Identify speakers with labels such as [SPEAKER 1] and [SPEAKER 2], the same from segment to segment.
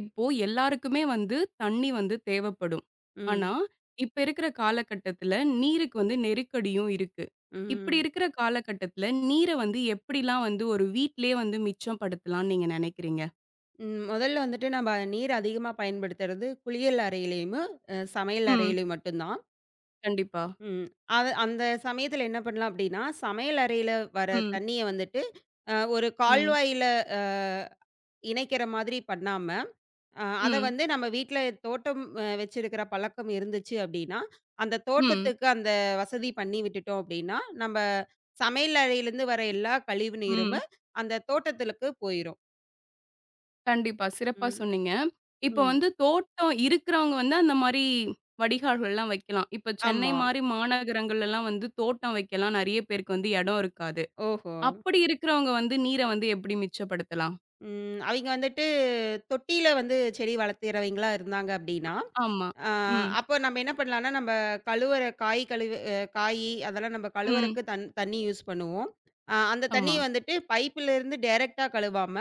[SPEAKER 1] இப்போ எல்லாருக்குமே வந்து தண்ணி வந்து தேவைப்படும். ஆனா,
[SPEAKER 2] ம்.
[SPEAKER 1] இப்ப இருக்கிற காலகட்டத்துல நீருக்கு வந்து நெருக்கடியும் இருக்கு. இப்படி
[SPEAKER 2] ம்.
[SPEAKER 1] இருக்கிற காலகட்டத்துல நீர வந்து எப்படிலாம் வந்து ஒரு வீட்டிலேயே வந்து மிச்சம் படுத்தலாம்னு நீங்க நினைக்கிறீங்க?
[SPEAKER 2] ம். முதல்ல வந்துட்டு நம்ம நீர் அதிகமா பயன்படுத்துறது குளியல் அறையிலயுமு, சமையல்
[SPEAKER 1] ம்.
[SPEAKER 2] அறையிலயும் மட்டும் தான்.
[SPEAKER 1] கண்டிப்பா.
[SPEAKER 2] ம். அது அந்த சமயத்துல என்ன பண்ணலாம் அப்படின்னா, சமையல் அறையில வர
[SPEAKER 1] ம்.
[SPEAKER 2] தண்ணீய வந்துட்டு, ஒரு
[SPEAKER 1] ம்.
[SPEAKER 2] கால்வாயில அ இணைக்கிற மாதிரி பண்ணாம, அத
[SPEAKER 1] ம்.
[SPEAKER 2] வந்து நம்ம வீட்ல தோட்டம் வச்சிருக்கிற பழக்கம் இருந்துச்சு அப்படின்னா, அந்த
[SPEAKER 1] ம்.
[SPEAKER 2] தோட்டத்துக்கு அந்த வசதி பண்ணி விட்டுட்டோம் அப்படின்னா, நம்ம சமையல் அறையிலருந்து வர எல்லா கழிவு நீருமு
[SPEAKER 1] ம்.
[SPEAKER 2] அந்த தோட்டத்திலுக்கு போயிரும்.
[SPEAKER 1] கண்டிப்பா. சிறப்பா
[SPEAKER 2] ம்.
[SPEAKER 1] சொன்னீங்க. இப்ப
[SPEAKER 2] ம்.
[SPEAKER 1] வந்து தோட்டம் இருக்கிறவங்க வந்து அந்த மாரி வடிகால்கள்லாம் வைக்கலாம். இப்ப சென்னை
[SPEAKER 2] ஆமா.
[SPEAKER 1] மாரி மாநகரங்கள்லலாம் வந்து தோட்டம் வைக்கலாம். நெறைய பேருக்கு வந்து இடம் இருக்காது.
[SPEAKER 2] ஓஹோ!
[SPEAKER 1] அப்படி இருக்கிறவங்க வந்து நீர வந்து எப்படி மிச்சப்படுத்தலாம்?
[SPEAKER 2] ம். அவைங்க வந்துட்டு தொட்டியில வந்து செடி வளர்த்துறவைங்களா இருந்தாங்க அப்டின்னா,
[SPEAKER 1] ஆமா.
[SPEAKER 2] ஆ
[SPEAKER 1] ம்.
[SPEAKER 2] அப்போ நம்ம என்ன பண்ணலாம்னா, நம்ம கழுவுற காய் கழுவு காயி அதெல்லாம் நம்ம
[SPEAKER 1] ம்.
[SPEAKER 2] கழுவுறக்கு தண்ணி யூஸ் பண்ணுவோம். அந்த
[SPEAKER 1] ஆமா.
[SPEAKER 2] தண்ணிய வந்துட்டு பைப்புலேருந்து டைரக்ட்டா கழுவாம,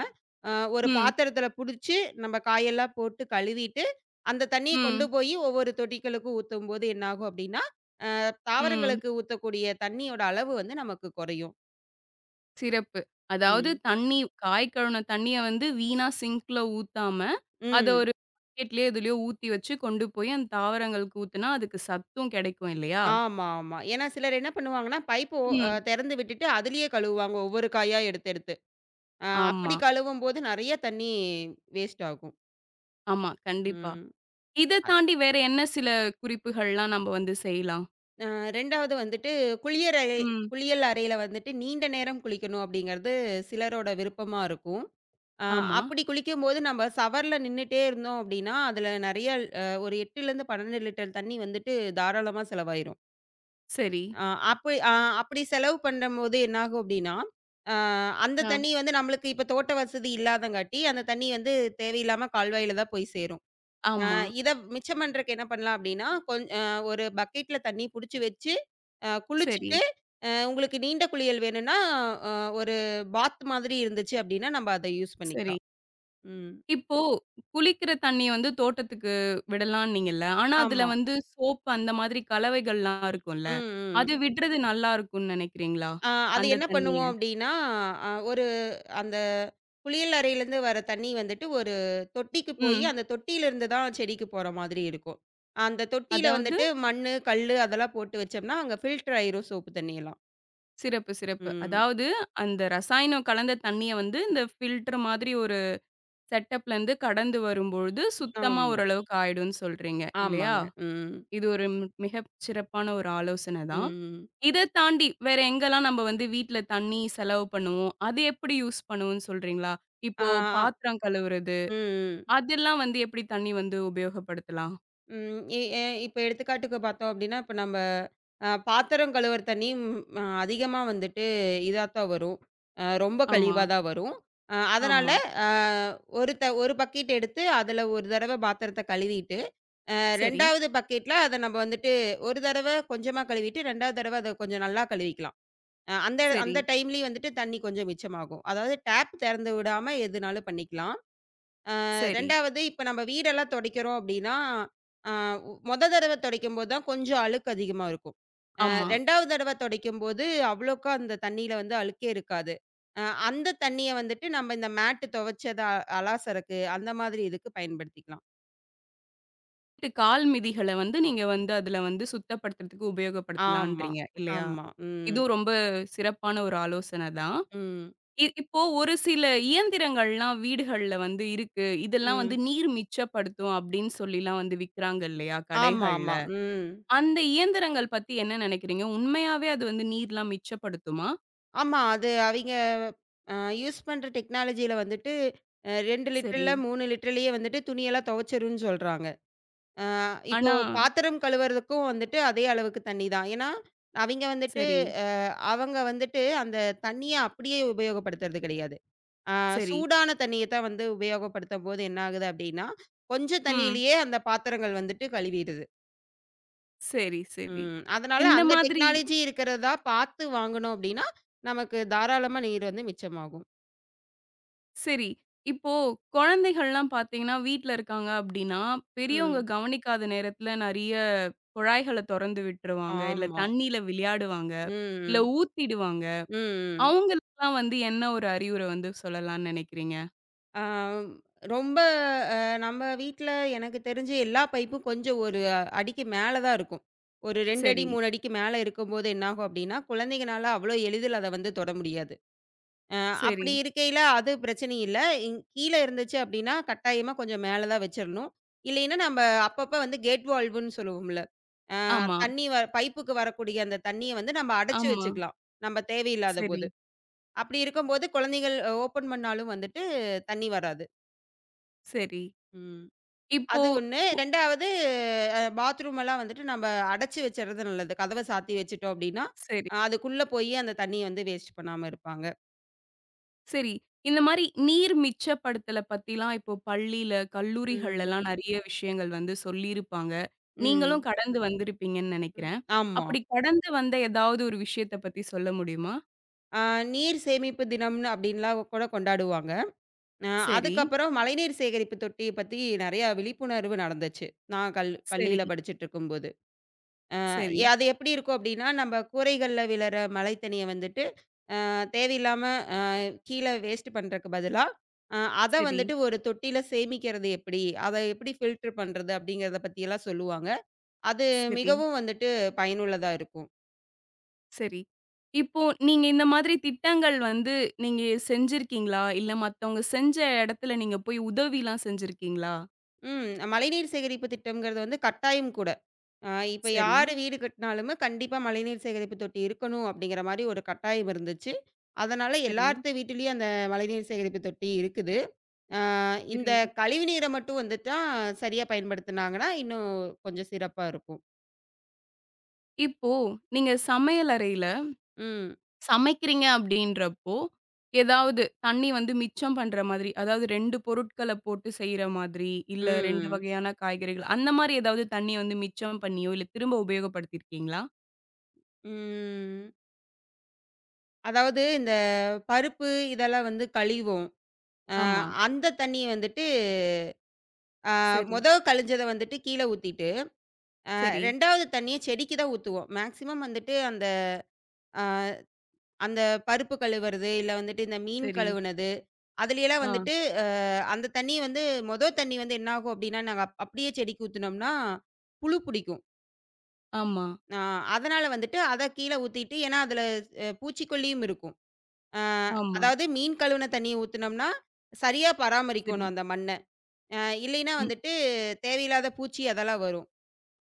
[SPEAKER 2] அ ஒரு
[SPEAKER 1] ம்.
[SPEAKER 2] பாத்திரத்தில புடிச்சு நம்ம காயெல்லாம் போட்டு கழுவிட்டு, அந்த தண்ணிய கொண்டு
[SPEAKER 1] ம்.
[SPEAKER 2] போயி ஒவ்வொரு தொட்டிகளுக்கும் ஊத்தும்போது என்னாகும் அப்டின்னா, அ
[SPEAKER 1] ம்.
[SPEAKER 2] தாவரங்களுக்கு ஊத்தக்கூடிய தண்ணியோட அளவு வந்து நமக்கு குறையும்.
[SPEAKER 1] சிறப்பு. அதாவது
[SPEAKER 2] ம்.
[SPEAKER 1] தண்ணி காய் கழுவுன தண்ணிய வந்து வீணா சிங்க்ல ஊத்தாம, அத
[SPEAKER 2] ம்.
[SPEAKER 1] ஒரு பக்கெட்லயோ எதுலயோ ஊத்தி வச்சு கொண்டு போய் அந்த தாவரங்களுக்கு ஊத்துனா, அதுக்கு சத்தும் கிடைக்கும் இல்லையா?
[SPEAKER 2] ஆமா, ஆமா. ஏன்னா சிலர் என்ன பண்ணுவாங்கன்னா, பைப்ப ஓ அ
[SPEAKER 1] ம்.
[SPEAKER 2] தெறந்து விட்டுட்டு அதிலேயே கழுவுவாங்க ஒவ்வொரு காயா எடுத்து, எடுத்து. அப்படி
[SPEAKER 1] ஆமா,
[SPEAKER 2] கழுவும்போது நெறைய தண்ணீ வேஸ்ட் ஆகும்.
[SPEAKER 1] ஆமா. கண்டிப்பா.
[SPEAKER 2] ம்.
[SPEAKER 1] இத
[SPEAKER 2] அ
[SPEAKER 1] தாண்டி வேற என்ன சில குறிப்புகள்லாம் நம்ம வந்து செய்யலாம்?
[SPEAKER 2] அ 2வது வந்துட்டு குளியல் அறை
[SPEAKER 1] ம்.
[SPEAKER 2] குளியல் அறையில வந்துட்டு நீண்ட நேரம் குளிக்கணும் அப்படிங்கிறது சிலரோட விருப்பமா இருக்கும். அ
[SPEAKER 1] ஆமா.
[SPEAKER 2] அப்படி குளிக்கும்போது நம்ம ஷவர்ல நின்னுட்டே இருந்தோம் அப்படின்னா, அதில நெறைய ஒரு 8லேருந்து 12 லிட்டர் தண்ணீ வந்துட்டு தாராளமா செலவாயிரும்.
[SPEAKER 1] சரி.
[SPEAKER 2] ஆ அப்படி ஆ அப்படி செலவு பண்ணும்போது என்னாகும் அப்படின்னா, ஆ அந்த
[SPEAKER 1] ஆ.
[SPEAKER 2] தண்ணி வந்து நம்மளுக்கு இப்ப தோட்ட வசதி இல்லாதங்காட்டி, அந்த தண்ணி வந்து தேவையில்லாம கால்வாயில தான் போய் சேரும். ஆ
[SPEAKER 1] ஆமா.
[SPEAKER 2] இத மிச்சம் பண்றக்கு என்ன பண்ணலாம் அப்படின்னா, கொஞ் அ ஒரு பக்கெட்ல தண்ணி புடிச்சு வச்சு,
[SPEAKER 1] சரி,
[SPEAKER 2] குளிச்சுட்டு, உங்களுக்கு நீண்ட குளியல் வேணும்னா, அ ஒரு பாத் மாதிரி இருந்துச்சு அப்படின்னா, நம்ம அத யூஸ்
[SPEAKER 1] சரி.
[SPEAKER 2] பண்ணிக்கலாம். ம்.
[SPEAKER 1] இப்போ குளிக்கிற தண்ணீய வந்து தோட்டத்துக்கு விடலான்னீங்கல்ல. ஆனா, அதுல
[SPEAKER 2] ஆமா.
[SPEAKER 1] வந்து சோப்பு அந்த மாதிரி கலவைகள்லாம்
[SPEAKER 2] ம்,
[SPEAKER 1] இருக்கும்ல.
[SPEAKER 2] ம்.
[SPEAKER 1] அது விடுறது நல்லா இருக்கும்னு நெனைக்கிறீங்களா?
[SPEAKER 2] அது
[SPEAKER 1] அந்த
[SPEAKER 2] என்ன
[SPEAKER 1] தண்ணீய?
[SPEAKER 2] பண்ணுவோம் அப்டின்னா, அ ஒரு அந்த குளியல் அறையிலேருந்து வர தண்ணி வந்துட்டு ஒரு தொட்டிக்கு போயி,
[SPEAKER 1] ம்.
[SPEAKER 2] அந்த தொட்டியிலேருந்து தான் செடிக்கு போற மாதிரி இருக்கும். அந்த தொட்டியில
[SPEAKER 1] அதாவது
[SPEAKER 2] வந்துட்டு மண்ணு, கல்லு அதெல்லாம் போட்டு வச்சோம்னா, அங்க ஃபில்டர் ஆயிரும் சோப்பு தண்ணி எல்லாம்.
[SPEAKER 1] சிறப்பு, சிறப்பு.
[SPEAKER 2] ம்.
[SPEAKER 1] அதாவது அந்த ரசாயனம் கலந்த தண்ணீய வந்து இந்த ஃபில்டர் மாதிரி ஒரு செட்டப்லேருந்து கடந்து வரும்பொழுது சுத்தமா
[SPEAKER 2] ஆமா.
[SPEAKER 1] ஓரளவுக்கு ஆயிடும்னு சொல்றீங்க. இல்லையா?
[SPEAKER 2] ஆமாங்க. ம்.
[SPEAKER 1] இது ஒரு மிகச் சிறப்பான ஒரு ஆலோசனை தான்.
[SPEAKER 2] ம்.
[SPEAKER 1] இத தாண்டி வேற எங்கெல்லாம் நம்ம வந்து வீட்ல தண்ணி செலவு பண்ணுவோம்? அது எப்படி யூஸ் பண்ணுவோம்னு சொல்றீங்களா? இப்போ
[SPEAKER 2] ஆ.
[SPEAKER 1] பாத்திரம் கழுவுறது,
[SPEAKER 2] ம்.
[SPEAKER 1] அதெல்லாம் வந்து எப்படி தண்ணி வந்து உபயோகப்படுத்தலாம்?
[SPEAKER 2] ம். எ எ இப்ப எடுத்துக்காட்டுக்கு பார்த்தோம் அப்படின்னா, இப்ப நம்ப பாத்திரம் கழுவுற தண்ணி ம் அ அதிகமா வந்துட்டு இதா தான் வரும். ரொம்ப
[SPEAKER 1] ஆமா,
[SPEAKER 2] கழிவா தான் வரும். அதனால
[SPEAKER 1] ஆமா.
[SPEAKER 2] அ ஒரு த ஒரு பக்கெட் எடுத்து அதுல ஒரு தடவ பாத்திரத்த கழுவிட்டு,
[SPEAKER 1] சரி,
[SPEAKER 2] 2வது பக்கெட்ல அத நம்ம வந்துட்டு ஒரு தடவ கொஞ்சமா கழுவிட்டு, 2வது தடவ அத கொஞ்சம் நல்லா கழுவிக்கலாம். அந்த
[SPEAKER 1] சரி,
[SPEAKER 2] அந்த டைம்லயும் வந்துட்டு தண்ணி கொஞ்சம் மிச்சமாகும். அதாவது டேப் திறந்து விடாம எதுனாலும் பண்ணிக்கலாம்.
[SPEAKER 1] சரி.
[SPEAKER 2] 2வது இப்ப நம்ம வீடெல்லாம் துடைக்கிறோம் அப்படின்னா, அ உ மொத தடவ துடைக்கும்போது தான் கொஞ்சம் அழுக்கு அதிகமா இருக்கும்.
[SPEAKER 1] ஆமா.
[SPEAKER 2] 2வது தடவ துடைக்கும்போது அவ்வளோக்கா அந்த தண்ணீல வந்து அழுக்கே இருக்காது. அ அந்த தண்ணிய வந்துட்டு நம்ம இந்த மேட் துவைச்சத அலாசறக்கு அந்த மாதிரி இதுக்கு பயன்படுத்திக்கலாம்.
[SPEAKER 1] இது கால் மிதிகள வந்து நீங்க வந்து அதுல வந்து சுத்தப்படுத்துறதுக்கு
[SPEAKER 2] ஆமா,
[SPEAKER 1] உபயோகப்படுத்தலான்றீங்க இல்லையா?
[SPEAKER 2] ஆமா. ம்,
[SPEAKER 1] இதுவும் ரொம்ப சிறப்பான ஒரு ஆலோசனை தான்.
[SPEAKER 2] ம்,
[SPEAKER 1] இப்போ ஒரு சில இயந்திரங்கள்லாம் வீடுகள்ல வந்து இருக்கு. இதெல்லாம் வந்து
[SPEAKER 2] ம்.
[SPEAKER 1] நீர் மிச்சப்படுத்தும் அப்படின்னு சொல்லிலாம் வந்து விக்கிறாங்க இல்லையா?
[SPEAKER 2] ஆமா,
[SPEAKER 1] கடைகள்ல.
[SPEAKER 2] ஆமா. ம்.
[SPEAKER 1] அந்த இயந்திரங்கள் பத்தி என்ன நினைக்கிறீங்க? உண்மையாவே அது வந்து நீர்லாம் மிச்சப்படுத்துமா?
[SPEAKER 2] ஆமா. அது அவிங்க அ யூஸ் பண்ற டெக்னாலஜில வந்துட்டு 2
[SPEAKER 1] சரி.
[SPEAKER 2] லிட்டர்ல 3 லிட்டர்லயே வந்துட்டு துணியெல்லாம் துவைச்சிரும்ன்னு சொல்றாங்க. இப்போ
[SPEAKER 1] ஆனா
[SPEAKER 2] பாத்திரம் கழுவுறதுக்கும் வந்துட்டு அதே அளவுக்கு தண்ணி தான். ஏன்னா, அவிங்க வந்துட்டு
[SPEAKER 1] சரி,
[SPEAKER 2] அ அவங்க வந்துட்டு அந்த தண்ணிய அப்படியே உபயோகப்படுத்துறது கிடையாது. அ
[SPEAKER 1] சரி.
[SPEAKER 2] சூடான தண்ணிய தான் வந்து உபயோகப்படுத்தும்போது என்ன ஆகுது அப்படின்னா, கொஞ்சம்
[SPEAKER 1] ம்.
[SPEAKER 2] தண்ணீயிலேயே அந்த பாத்திரங்கள் வந்துட்டு கழுவிடுது.
[SPEAKER 1] சரி, சரி.
[SPEAKER 2] ம். அதனால
[SPEAKER 1] இந்த
[SPEAKER 2] அந்த
[SPEAKER 1] மாதிரி
[SPEAKER 2] டெக்னாலஜி இருக்கிறதா பார்த்து வாங்குனோம் அப்படின்னா, நமக்கு தாராளமா நீர் வந்து மிச்சமாகும்.
[SPEAKER 1] சரி. இப்போ குழந்தைகள்லாம் பார்த்தீங்கன்னா, வீட்ல இருக்காங்க அப்படின்னா, பெரியவங்க
[SPEAKER 2] ம்.
[SPEAKER 1] கவனிக்காத நேரத்துல நெறைய குழாய்கள தொறந்து விட்டுருவாங்க. இல்ல
[SPEAKER 2] ஆமா.
[SPEAKER 1] தண்ணீல விளையாடுவாங்க.
[SPEAKER 2] ம்,
[SPEAKER 1] இல்ல
[SPEAKER 2] ம்.
[SPEAKER 1] ஊத்திடுவாங்க.
[SPEAKER 2] ம், ம்.
[SPEAKER 1] அவங்களுக்குலாம் வந்து என்ன ஒரு அறிவுரை வந்து சொல்லலாம்னு நினைக்கிறீங்க?
[SPEAKER 2] ஆம், ரொம்ப அ நம்ம வீட்ல எனக்கு தெரிஞ்சு எல்லா பைப்பும் கொஞ்சம் ஒரு அடிக்கு மேல தான் இருக்கும். ஒரு 2 அடி,
[SPEAKER 1] சரி,
[SPEAKER 2] 3 அடிக்கு மேல இருக்கும்போது என்னாகும் அப்டின்னா, குழந்தைங்கனால அவ்வளோ எளிதில அத வந்து தொட முடியாது. அ
[SPEAKER 1] சரி.
[SPEAKER 2] அப்படி இருக்கையில அது பிரச்சனை இல்ல. கீழ இருந்துச்சு அப்டின்னா, கட்டாயமா கொஞ்சம் மேல தான் வச்சிரணும். இல்லைன்னா நம்ப அப்பப்ப வந்து கேட் வால்வுன்னு சொல்லுவோம்ல. அ
[SPEAKER 1] ஆமா,
[SPEAKER 2] தண்ணி வ பைப்புக்கு வரக்கூடிய அந்த தண்ணிய வந்து நம்ம அடைச்சு
[SPEAKER 1] ஆமா.
[SPEAKER 2] வச்சுக்கலாம். நம்ம தேவையில்லாத
[SPEAKER 1] சரி,
[SPEAKER 2] போது. அப்படி இருக்கும்போது குழந்தைகள் ஓப்பன் பண்ணாலும் வந்துட்டு தண்ணி வராது.
[SPEAKER 1] சரி.
[SPEAKER 2] ம்.
[SPEAKER 1] இப்போ
[SPEAKER 2] அது ஒண்ணு.
[SPEAKER 1] உ
[SPEAKER 2] 2வது பாத்ரூம் எல்லாம் வந்துட்டு நம்ம அடைச்சு வச்சுறது நல்லது. கதவ சாத்தி வச்சுட்டோம் அப்டின்னா,
[SPEAKER 1] சரி,
[SPEAKER 2] அதுக்குள்ள போயி அந்த தண்ணிய வந்து வேஸ்ட் பண்ணாம இருப்பாங்க.
[SPEAKER 1] சரி. இந்த மாரி நீர் மிச்சப்படுத்தல பத்திலாம் இப்போ பள்ளியில,
[SPEAKER 2] ம்.
[SPEAKER 1] கல்லூரிகள்லலாம் நெறைய விஷயங்கள் வந்து சொல்லியிருப்பாங்க.
[SPEAKER 2] ம்.
[SPEAKER 1] நீங்களும் கடந்து வந்திருப்பீங்கன்னு
[SPEAKER 2] ம்.
[SPEAKER 1] நெனைக்கிறேன்.
[SPEAKER 2] ஆமா.
[SPEAKER 1] அப்படி கடந்து வந்த ஏதாவது ஒரு விஷயத்த பத்தி சொல்ல முடியுமா?
[SPEAKER 2] அ நீர் சேமிப்பு தினம்னு அப்டின்லாம் கூட கொண்டாடுவாங்க. அ
[SPEAKER 1] சரி,
[SPEAKER 2] அதுக்கப்புறம் மழைநீர் சேகரிப்பு தொட்டிய பத்தி நெறைய விழிப்புணர்வு நடந்துச்சு. நான்
[SPEAKER 1] சரி,
[SPEAKER 2] பள்ளியில படிச்சுட்டு இருக்கும்போது. அ
[SPEAKER 1] சரி,
[SPEAKER 2] அது எப்டி இருக்கும் அப்டின்னா, நம்ம கூரைகள்ல விழற மழை தண்ணிய வந்துட்டு தேவையில்லாம அ கீழ வேஸ்ட் பண்றக்கு பதிலா, அ அத
[SPEAKER 1] சரி,
[SPEAKER 2] வந்துட்டு ஒரு தொட்டியில சேமிக்கிறது எப்படி? அத எப்படி ஃபில்டர் பண்றது? அப்படிங்கிறத பத்தியெல்லாம் சொல்லுவாங்க. அது
[SPEAKER 1] சரி.
[SPEAKER 2] மிகவும் வந்துட்டு பயனுள்ளதா இருக்கும்.
[SPEAKER 1] சரி. இப்போ நீங்க இந்த மாதிரி திட்டங்கள் வந்து நீங்க செஞ்சிருக்கீங்களா? இல்ல மத்தவங்க செஞ்ச இடத்துல நீங்க போய் உதவிலாம் செஞ்சிருக்கீங்களா?
[SPEAKER 2] ம். மழைநீர் சேகரிப்பு திட்டம்ங்கிறது வந்து கட்டாயம் கூட. அ இப்ப
[SPEAKER 1] சரி,
[SPEAKER 2] யாரு வீடு கட்டினாலுமே கண்டிப்பா மழைநீர் சேகரிப்பு தொட்டி இருக்கணும் அப்படிங்கிற மாரி ஒரு கட்டாயம் இருந்துச்சு. அதனால
[SPEAKER 1] சரி,
[SPEAKER 2] எல்லார்த்து வீட்டிலயும் அந்த மழைநீர் சேகரிப்பு தொட்டி இருக்குது. அ இந்த
[SPEAKER 1] சரி.
[SPEAKER 2] கழிவு நீர மட்டும் வந்துட்டா சரியா பயன்படுத்துனாங்கன்னா, இன்னும் கொஞ்சம் சிறப்பா இருக்கும்.
[SPEAKER 1] இப்போ நீங்க சமையல் அறையில
[SPEAKER 2] ம்.
[SPEAKER 1] சமைக்கிறீங்க அப்படின்றப்போ, ஏதாவது தண்ணி வந்து மிச்சம் பண்ற மாதிரி, அதாவது 2 பொருட்கள போட்டு செய்ற மாதிரி, இல்ல 2
[SPEAKER 2] ம்.
[SPEAKER 1] வகையான காய்கறிகள், அந்த மாரி ஏதாவது தண்ணிய வந்து மிச்சம் பண்ணியோ, இல்ல திரும்ப உபயோகப்படுத்தியிருக்கீங்களா?
[SPEAKER 2] ம். அதாவது இந்த பருப்பு இதெல்லாம் வந்து கழுவுவோம். அ
[SPEAKER 1] ஆமா.
[SPEAKER 2] அந்த தண்ணிய வந்துட்டு, அ
[SPEAKER 1] சரி,
[SPEAKER 2] மொத கழிஞ்சத வந்துட்டு கீழ ஊத்திட்டு,
[SPEAKER 1] சரி,
[SPEAKER 2] 2வது தண்ணிய செடிக்கு தான் ஊத்துவோம். மேக்ஸிமம் வந்துட்டு அந்த அ அந்த பருப்பு கழுவுறது, இல்ல வந்துட்டு இந்த மீன்
[SPEAKER 1] சரி.
[SPEAKER 2] கழுவுனது, அதுலயெல்லாம்
[SPEAKER 1] ஆ.
[SPEAKER 2] வந்துட்டு அ அந்த தண்ணி வந்து மொத தண்ணி வந்து என்ன ஆகும் அப்டின்னா, நாங்க அப்படியே செடிக்கு ஊத்துனோம்னா, புழு புடிக்கும்.
[SPEAKER 1] ஆமா,
[SPEAKER 2] அ அதனால வந்துட்டு அத கீழ ஊத்திட்டு, ஏன்னா அதுல பூச்சிக்கொல்லியும் இருக்கும். ஆ,
[SPEAKER 1] ஆமா.
[SPEAKER 2] அதாவது மீன் கழுவுன தண்ணீய ஊத்துனோம்னா, சரியா
[SPEAKER 1] சரி.
[SPEAKER 2] பராமரிக்கணும் அந்த மண்ண. அ இல்லைன்னா
[SPEAKER 1] ம்,
[SPEAKER 2] வந்துட்டு தேவையில்லாத பூச்சி அதெல்லாம் வரும்.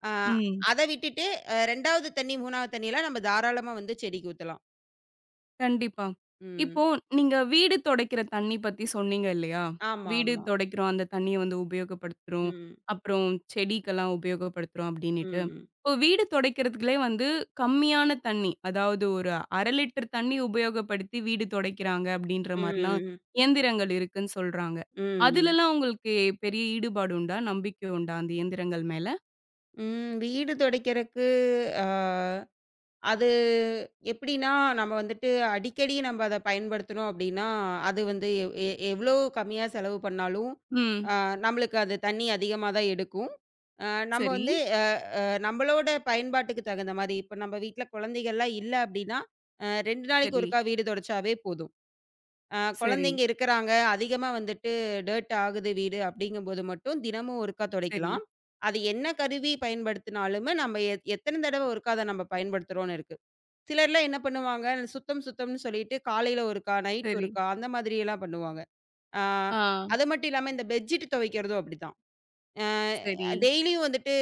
[SPEAKER 2] அ
[SPEAKER 1] ம்.
[SPEAKER 2] அத விட்டுட்டு 2வது தண்ணீ, 3வது தண்ணீயலாம் நம்ம தாராளமா வந்து செடிக்கு ஊத்தலாம்.
[SPEAKER 1] கண்டிப்பா.
[SPEAKER 2] ம்.
[SPEAKER 1] இப்போ நீங்க வீடு துடைக்கிற தண்ணி பத்தி சொன்னீங்க இல்லையா?
[SPEAKER 2] ஆமா,
[SPEAKER 1] வீடு
[SPEAKER 2] ஆமா.
[SPEAKER 1] துடைக்கிறோம், அந்த தண்ணிய வந்து உபயோகப்படுத்துறோம்.
[SPEAKER 2] ம்.
[SPEAKER 1] அப்புறம் செடிக்கெல்லாம் உபயோகப்படுத்துறோம் அப்டின்னுட்டு.
[SPEAKER 2] ம்.
[SPEAKER 1] இப்போ வீடு துடைக்கிறதுக்குலே வந்து கம்மியான தண்ணி, அதாவது ஒரு 1/2 லிட்டர் தண்ணி உபயோகப்படுத்தி வீடு துடைக்கிறாங்க அப்டின்ற மாரிலாம்
[SPEAKER 2] ம். ம்.
[SPEAKER 1] இயந்திரங்கள் இருக்குன்னு சொல்றாங்க.
[SPEAKER 2] ம்.
[SPEAKER 1] அதுலலாம் உங்களுக்கு பெரிய ஈடுபாடு உண்டா? நம்பிக்கை உண்டா அந்த இயந்திரங்கள் மேல?
[SPEAKER 2] ம். வீடு துடைக்கிறக்கு, ஆ அது எப்படின்னா, நம்ம வந்துட்டு அடிக்கடி நம்ம அத பயன்படுத்தினோம் அப்படின்னா, அது வந்து எ எ எவ்வளோ கம்மியா செலவு பண்ணாலும்,
[SPEAKER 1] ம்.
[SPEAKER 2] அ நம்மளுக்கு அது தண்ணி அதிகமா தான் எடுக்கும். அ நம்ம
[SPEAKER 1] சரி,
[SPEAKER 2] வந்து அ அ நம்மளோட பயன்பாட்டுக்கு தகுந்த மாரி, இப்போ நம்ம வீட்ல குழந்தைகள்லாம் இல்ல அப்படின்னா, 2 நாளைக்கு
[SPEAKER 1] சரி,
[SPEAKER 2] ஒருக்கா வீடு தொடச்சாவே போதும்.
[SPEAKER 1] சரி,
[SPEAKER 2] குழந்தைங்க இருக்கிறாங்க, அதிகமா வந்துட்டு டர்ட் ஆகுது வீடு அப்படிங்கும்போது மட்டும் தினமும் ஒருக்கா
[SPEAKER 1] சரி,
[SPEAKER 2] தொடைக்கலாம். அது என்ன கருவி பயன்படுத்தினாலுமே, நம்ம எத்தன தடவ ஒருக்கா அத நம்ம பயன்படுத்துறோம்னு இருக்கு. சிலர்லாம் என்ன பண்ணுவாங்க, சுத்தம் சுத்தம்ன்னு சொல்லிட்டு காலையில ஒருக்கா, நைட்
[SPEAKER 1] சரி.
[SPEAKER 2] ஒருக்கா அந்த மாதிரியெல்லாம் பண்ணுவாங்க. ஆ
[SPEAKER 1] ஆ,
[SPEAKER 2] அது மட்டும் இல்லாம இந்த பெட்ஷீட் துவைக்கிறதும் அப்படிதான்.
[SPEAKER 1] சரி.
[SPEAKER 2] டெய்லியும் வந்துட்டு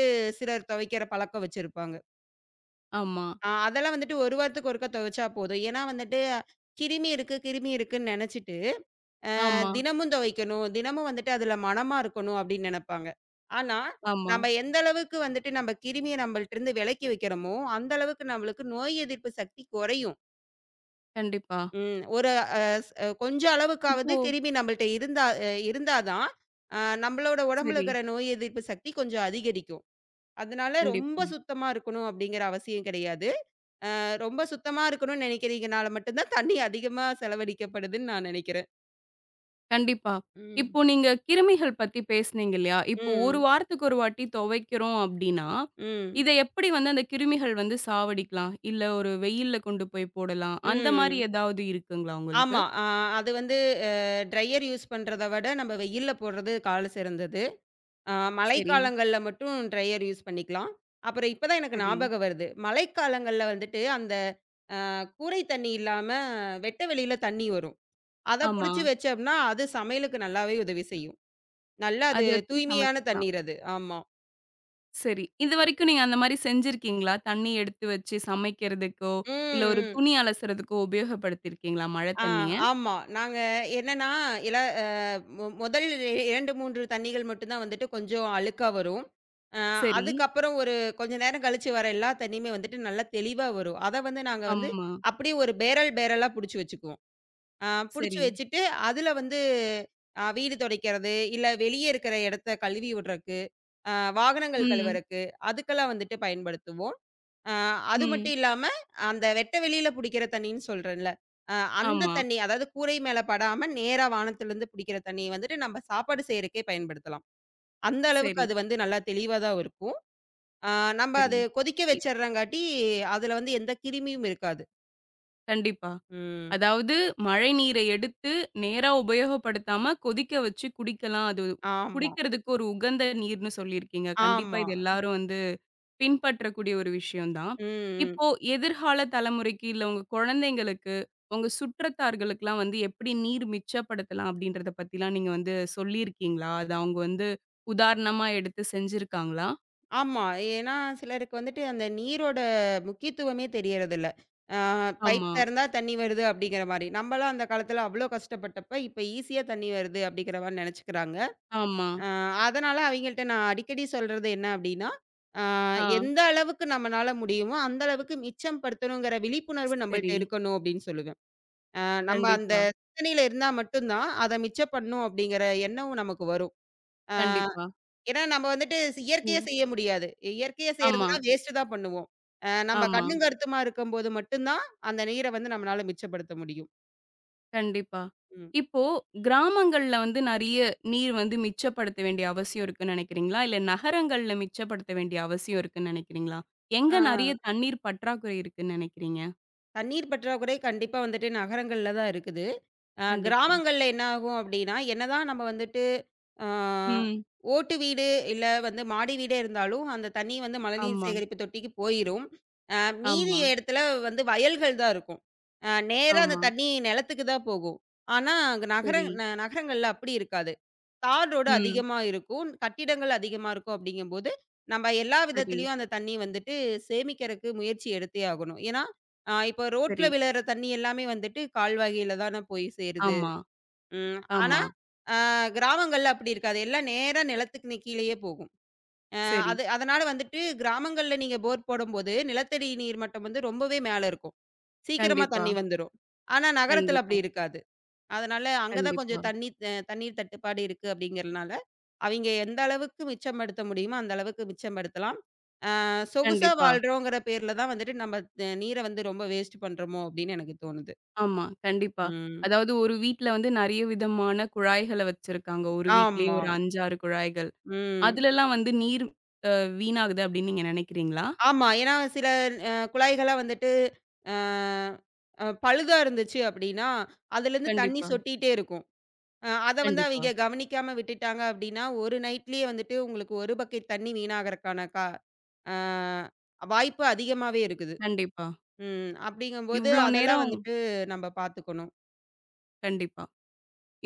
[SPEAKER 2] சிலர் துவைக்கிற பழக்கம் வச்சிருப்பாங்க.
[SPEAKER 1] ஆமா,
[SPEAKER 2] அதெல்லாம் வந்துட்டு 1 வாரத்துக்கு ஒருக்கா துவைச்சா போதும். ஏன்னா வந்துட்டு கிருமி இருக்கு, கிருமி இருக்குன்னு நெனச்சுட்டு,
[SPEAKER 1] ஆமா,
[SPEAKER 2] தினமும் துவைக்கணும், தினமும் வந்துட்டு அதுல மணமா இருக்கணும் அப்படின்னு நெனப்பாங்க. ஆனா,
[SPEAKER 1] ஆமா.
[SPEAKER 2] நம்ம எந்த அளவுக்கு வந்துட்டு நம்ம கிருமிய நம்மள்ட்ட இருந்து விலக்கி வைக்கிறோமோ, அந்த அளவுக்கு நம்மளுக்கு நோய் எதிர்ப்பு சக்தி குறையும்.
[SPEAKER 1] கண்டிப்பா.
[SPEAKER 2] ம். ஒரு அ ஸ் கொஞ்சம் அளவுக்காவது
[SPEAKER 1] இப்போ
[SPEAKER 2] கிருமி நம்மள்ட்ட இருந்தா தான், நம்மளோட உடம்புல
[SPEAKER 1] சரி.
[SPEAKER 2] இருக்கிற நோய் எதிர்ப்பு சக்தி கொஞ்சம் அதிகரிக்கும். அதனால ரொம்ப
[SPEAKER 1] கண்டிப்பா,
[SPEAKER 2] சுத்தமா இருக்கணும் அப்படிங்கிற அவசியம் கிடையாது. ரொம்ப சுத்தமா இருக்கணும்னு நினைக்கிறீங்கனால மட்டும் தான் தண்ணி அதிகமா செலவழிக்கப்படுதுன்னு நான் நினைக்கிறேன்.
[SPEAKER 1] கண்டிப்பா.
[SPEAKER 2] ம்.
[SPEAKER 1] இப்போ நீங்க கிருமிகள் பத்தி பேசுனீங்க இல்லையா? இப்போ 1
[SPEAKER 2] ம்.
[SPEAKER 1] வாரத்துக்கு ஒரு வாட்டி துவைக்கிறோம் அப்டின்னா,
[SPEAKER 2] ம்.
[SPEAKER 1] இத எப்படி வந்து அந்த கிருமிகள் வந்து சாவடிக்கலாம்? இல்ல ஒரு வெயில்ல கொண்டு போய் போடலாம். அந்த மாரி
[SPEAKER 2] ம்.
[SPEAKER 1] ஏதாவது இருக்குங்களா உங்களுக்கு?
[SPEAKER 2] ஆமா. அது வந்து அ ட்ரையர் யூஸ் பண்றத விட நம்ம வெயில்ல போடுறது கால சிறந்தது. ஆ
[SPEAKER 1] சரி,
[SPEAKER 2] மழைக்காலங்கள்ல மட்டும் ட்ரையர் யூஸ் பண்ணிக்கலாம். அப்புறம் இப்ப தான் எனக்கு
[SPEAKER 1] சரி.
[SPEAKER 2] ஞாபகம் வருது. மழைக்காலங்கள்ல வந்துட்டு அந்த கூரை தண்ணி இல்லாம வெட்ட வெளியில தண்ணி வரும். அத
[SPEAKER 1] ஆமா.
[SPEAKER 2] புடிச்சு வச்சோம்னா, அது சமையலுக்கு நல்லாவே உதவி செய்யும். நல்லா அது
[SPEAKER 1] அத வச்சு
[SPEAKER 2] தூய்மையான
[SPEAKER 1] சமைச்சுக்கலாம்.
[SPEAKER 2] தண்ணீர் அது. ஆமா.
[SPEAKER 1] சரி. இதுவரைக்கும் நீங்க அந்த மாரி செஞ்சிருக்கீங்களா? தண்ணி எடுத்து வச்சு சமைக்கிறதுக்கோ, இல்ல ஒரு
[SPEAKER 2] ம். ம்.
[SPEAKER 1] துணி அலசுறதுக்கோ உபயோகப்படுத்தியிருக்கீங்களா மழை
[SPEAKER 2] ஆ
[SPEAKER 1] தண்ணிய?
[SPEAKER 2] ஆமா. நாங்க என்னன்னா, இல அ மொ முதல் 2, 3 தண்ணீகள் மட்டும் தான் வந்துட்டு கொஞ்சம் அழுக்கா வரும். அ
[SPEAKER 1] சரி.
[SPEAKER 2] அதுக்கப்புறம் ஒரு கொஞ்ச நேரம் கழிச்சு வர எல்லா தண்ணியுமே வந்துட்டு நல்லா தெளிவா வரும். அத வந்து நாங்க வந்து
[SPEAKER 1] ஆமா.
[SPEAKER 2] அப்படியே ஒரு பேரல் பேரலா புடிச்சு வச்சுக்குவோம். அ புடிச்சு
[SPEAKER 1] சரி.
[SPEAKER 2] வச்சுட்டு, அதுல வந்து வீடு துடைக்கிறது, இல்ல வெளிய இருக்கிற இடத்த கழுவி விடுற அ வாகனங்கள்
[SPEAKER 1] ம்,
[SPEAKER 2] கழுவறக்கு, அதுக்கெல்லாம் வந்துட்டு பயன்படுத்துவோம். அ அது
[SPEAKER 1] ம்.
[SPEAKER 2] மட்டும் இல்லாம, அந்த வெட்ட வெளியில புடிக்கிற தண்ணீன்னு சொல்றேன்ல, அ அந்த
[SPEAKER 1] ஆமா.
[SPEAKER 2] தண்ணி அதாவது கூரை மேல படாம நேரா வானத்துலருந்து புடிக்கிற தண்ணிய வந்துட்டு நம்ம சாப்பாடு செய்றக்கே பயன்படுத்தலாம். அந்த அளவுக்கு
[SPEAKER 1] சரி,
[SPEAKER 2] அது வந்து நல்லா தெளிவா தான் இருக்கும். அ நம்ம
[SPEAKER 1] சரி.
[SPEAKER 2] அது கொதிக்க
[SPEAKER 1] இ
[SPEAKER 2] வச்சர்றங்காட்டி, அதுல வந்து எந்த கிருமியும் இருக்காது.
[SPEAKER 1] கண்டிப்பா.
[SPEAKER 2] ம்.
[SPEAKER 1] அதாவது மழை நீரை எடுத்து நேரா உபயோகப்படுத்தாம கொதிக்க வச்சு குடிக்கலாம். அது
[SPEAKER 2] ஆமா,
[SPEAKER 1] குடிக்கிறதுக்கு ஒரு உகந்த நீர்ன்னு சொல்லியிருக்கீங்க. கண்டிப்பா
[SPEAKER 2] ஆமா.
[SPEAKER 1] இது எல்லாரும் வந்து பின்பற்றக்கூடிய ஒரு விஷயம் தான்.
[SPEAKER 2] ம்.
[SPEAKER 1] இப்போ எதிர்கால தலைமுறைக்கு, இல்ல உங்க குழந்தைங்களுக்கு, உங்க சுற்றத்தார்களுக்குலாம் வந்து எப்படி நீர் மிச்சப்படுத்தலாம் அப்படின்றத பத்திலாம் நீங்க வந்து சொல்லியிருக்கீங்களா? அது அவங்க வந்து உதாரணமா எடுத்து செஞ்சிருக்காங்களா?
[SPEAKER 2] ஆமா. ஏன்னா சிலருக்கு வந்துட்டு அந்த நீரோட முக்கியத்துவமே தெரியறதில்ல. ஆ பைப்
[SPEAKER 1] ஆமா.
[SPEAKER 2] திறந்தா தண்ணி வருது அப்படிங்கிற மாரி. நம்பலாம் அந்த காலத்துல அவ்ளோ கஷ்டப்பட்டப்ப, இப்ப ஈஸியா தண்ணி வருது அப்படிங்கிற மாரி நெனச்சுக்கிறாங்க.
[SPEAKER 1] ஆமா.
[SPEAKER 2] ஆ அதனால அவைங்கள்ட்ட நான் அடிக்கடி சொல்றது என்ன அப்படின்னா, ஆ
[SPEAKER 1] ஆ.
[SPEAKER 2] எந்த அளவுக்கு நம்மனால முடியுமோ, அந்த அளவுக்கு மிச்சம் படுத்தணுங்கிற விழிப்புணர்வு நம்பள்ட்ட
[SPEAKER 1] சரி.
[SPEAKER 2] இருக்கணும் அப்படின்னு சொல்லுவேன். நம்ம அந்த
[SPEAKER 1] கண்டிப்பா,
[SPEAKER 2] சிந்தனையில இருந்தா மட்டும் தான், அத மிச்சம் பண்ணணும் அப்படிங்கிற எண்ணம் நமக்கு வரும்.
[SPEAKER 1] கண்டிப்பா.
[SPEAKER 2] ஏன்னா, நம்ம வந்துட்டு இயற்கையா
[SPEAKER 1] ம்.
[SPEAKER 2] செய்ய முடியாது. இயற்கையா
[SPEAKER 1] ஆமா,
[SPEAKER 2] செய்றதுன்னா வேஸ்ட் தான் பண்ணுவோம். நம்ம
[SPEAKER 1] ஆமா.
[SPEAKER 2] கண்ணும் ஆமா. கருத்துமா இருக்கும்போது மட்டும் தான், அந்த நீர வந்து நம்மளால மிச்சப்படுத்த முடியும்.
[SPEAKER 1] கண்டிப்பா.
[SPEAKER 2] ம்.
[SPEAKER 1] இப்போ கிராமங்கள்ல வந்து நெறைய நீர் வந்து மிச்சப்படுத்த வேண்டிய அவசியம் இருக்குன்னு நெனைக்கிறீங்களா? இல்ல நகரங்கள்ல மிச்சப்படுத்த வேண்டிய அவசியம் இருக்குன்னு நெனைக்கிறீங்களா? எங்க
[SPEAKER 2] ஆ
[SPEAKER 1] நெறைய தண்ணீர் பற்றாக்குறை இருக்குன்னு நெனைக்கிறீங்க?
[SPEAKER 2] தண்ணீர் பற்றாக்குறை கண்டிப்பா வந்துட்டு நகரங்கள்ல தான் இருக்குது.
[SPEAKER 1] கண்டிப்பா.
[SPEAKER 2] கிராமங்கள்ல என்ன ஆகும் அப்டின்னா, என்னதான் நம்ம வந்துட்டு அ
[SPEAKER 1] ம்.
[SPEAKER 2] ஓட்டு வீடு, இல்ல வந்து மாடி வீடே இருந்தாலும், அந்த தண்ணி வந்து மழைநீர்
[SPEAKER 1] ஆமா,
[SPEAKER 2] சேகரிப்பு தொட்டிக்கு போயிரும். அ மீதி
[SPEAKER 1] ஆமா,
[SPEAKER 2] இடத்துல வந்து வயல்கள் தான் இருக்கும். நேரா அந்த
[SPEAKER 1] ஆமா.
[SPEAKER 2] தண்ணி நிலத்துக்கு தான் போகும். ஆனா, அங்க
[SPEAKER 1] சரி.
[SPEAKER 2] நகரங்கள்ல அப்படி இருக்காது. தார் ரோடு
[SPEAKER 1] ம்.
[SPEAKER 2] அதிகமா இருக்கும், கட்டிடங்கள் அதிகமா இருக்கும் அப்படிங்கும்போது, நம்ம எல்லா
[SPEAKER 1] சரி,
[SPEAKER 2] விதத்திலயும் அந்த தண்ணி வந்துட்டு சேமிக்கிறக்கு முயற்சி எடுத்தே ஆகணும். ஏன்னா, இப்போ ரோட்ல
[SPEAKER 1] சரி.
[SPEAKER 2] விழுற தண்ணி எல்லாமே வந்துட்டு கால்வாய்கள்ல தான போய் சேருது.
[SPEAKER 1] ஆமா,
[SPEAKER 2] ம். ஆனா,
[SPEAKER 1] ஆமா.
[SPEAKER 2] அ கிராமங்கள்ல அப்படி இருக்காது. எல்லாம் நேரா நிலத்துக்கு கீழயே போகும். அ
[SPEAKER 1] சரி.
[SPEAKER 2] அது அதனால வந்துட்டு கிராமங்கள்ல நீங்க போர் போடும்போது, நிலத்தடி நீர் மட்டம் வந்து ரொம்பவே மேல இருக்கும். சீக்கிரமா
[SPEAKER 1] கண்டிப்பா,
[SPEAKER 2] தண்ணி வந்துரும். ஆனா நகரத்துல
[SPEAKER 1] கண்டிப்பா,
[SPEAKER 2] அப்படி இருக்காது. அதனால அங்க தான்
[SPEAKER 1] கண்டிப்பா,
[SPEAKER 2] கொஞ்சம் தண்ணி அ தண்ணீர் தட்டுப்பாடு இருக்கு அப்படிங்கிறனால, அவிங்க எந்த அளவுக்கு மிச்சப்படுத்த முடியுமோ, அந்த அளவுக்கு மிச்சப்படுத்தலாம். சொகுசா
[SPEAKER 1] கண்டிப்பா.
[SPEAKER 2] வாழ்றோங்கிற பேர்ல தான் வந்துட்டு நம்ம நீர வந்து ரொம்ப வேஸ்ட் பண்றோமோ அப்படின்னு எனக்கு தோணுது.
[SPEAKER 1] ஆமா, கண்டிப்பா.
[SPEAKER 2] ம்.
[SPEAKER 1] அதாவது ஒரு வீட்ல வந்து நெறைய விதமான குழாய்கள வச்சிருக்காங்க. ஒரு வீட்லயே
[SPEAKER 2] ஆமா.
[SPEAKER 1] ஒரு 5, 6 குழாய்கள்.
[SPEAKER 2] ம்.
[SPEAKER 1] அதுலலாம் வந்து நீர் வீணாகுது அப்படின்னு நீங்க நெனைக்கிறீங்களா?
[SPEAKER 2] ஆமா. ஏன்னா சில குழாய்கள்லாம் வந்துட்டு அ அ பழுதா இருந்துச்சு அப்படின்னா, அதுலேருந்து தண்ணி
[SPEAKER 1] கண்டிப்பா,
[SPEAKER 2] சொட்டிட்டே இருக்கும். அத வந்து
[SPEAKER 1] கண்டிப்பா,
[SPEAKER 2] அவிங்க கவனிக்காம விட்டுட்டாங்க அப்படின்னா, ஒரு நைட்லயே வந்துட்டு உங்களுக்கு ஒரு பக்கெட் தண்ணி வீணாகறக்கான கா அ வாய்ப்பு அதிகமாவே இருக்குது.
[SPEAKER 1] கண்டிப்பா.
[SPEAKER 2] ம். அப்படிங்கும்போது
[SPEAKER 1] இவ்ளோ
[SPEAKER 2] அதெல்லாம்
[SPEAKER 1] நேரம்
[SPEAKER 2] வந்துட்டு நம்ம பார்த்துக்கணும்.
[SPEAKER 1] கண்டிப்பா.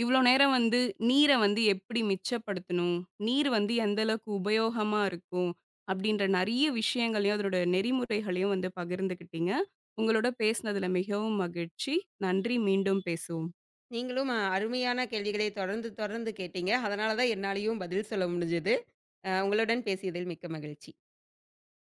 [SPEAKER 1] இவ்ளோ நேரம் வந்து நீர வந்து எப்படி மிச்சப்படுத்தணும்? நீர் வந்து எந்த அளவுக்கு உபயோகமா இருக்கும்? அப்படின்ற நெறைய விஷயங்களையும், அதனோட நெறிமுறைகளையும் வந்து பகிர்ந்துக்கிட்டீங்க. உங்களோட பேசினதுல மிகவும் மகிழ்ச்சி. நன்றி. மீண்டும் பேசுவோம்.
[SPEAKER 2] நீங்களும் அருமையான கேள்விகளை தொடர்ந்து தொடர்ந்து கேட்டீங்க. அதனால தான் என்னாலயும் பதில் சொல்ல முடிஞ்சது. உங்களுடன் பேசியதில் மிக்க மகிழ்ச்சி.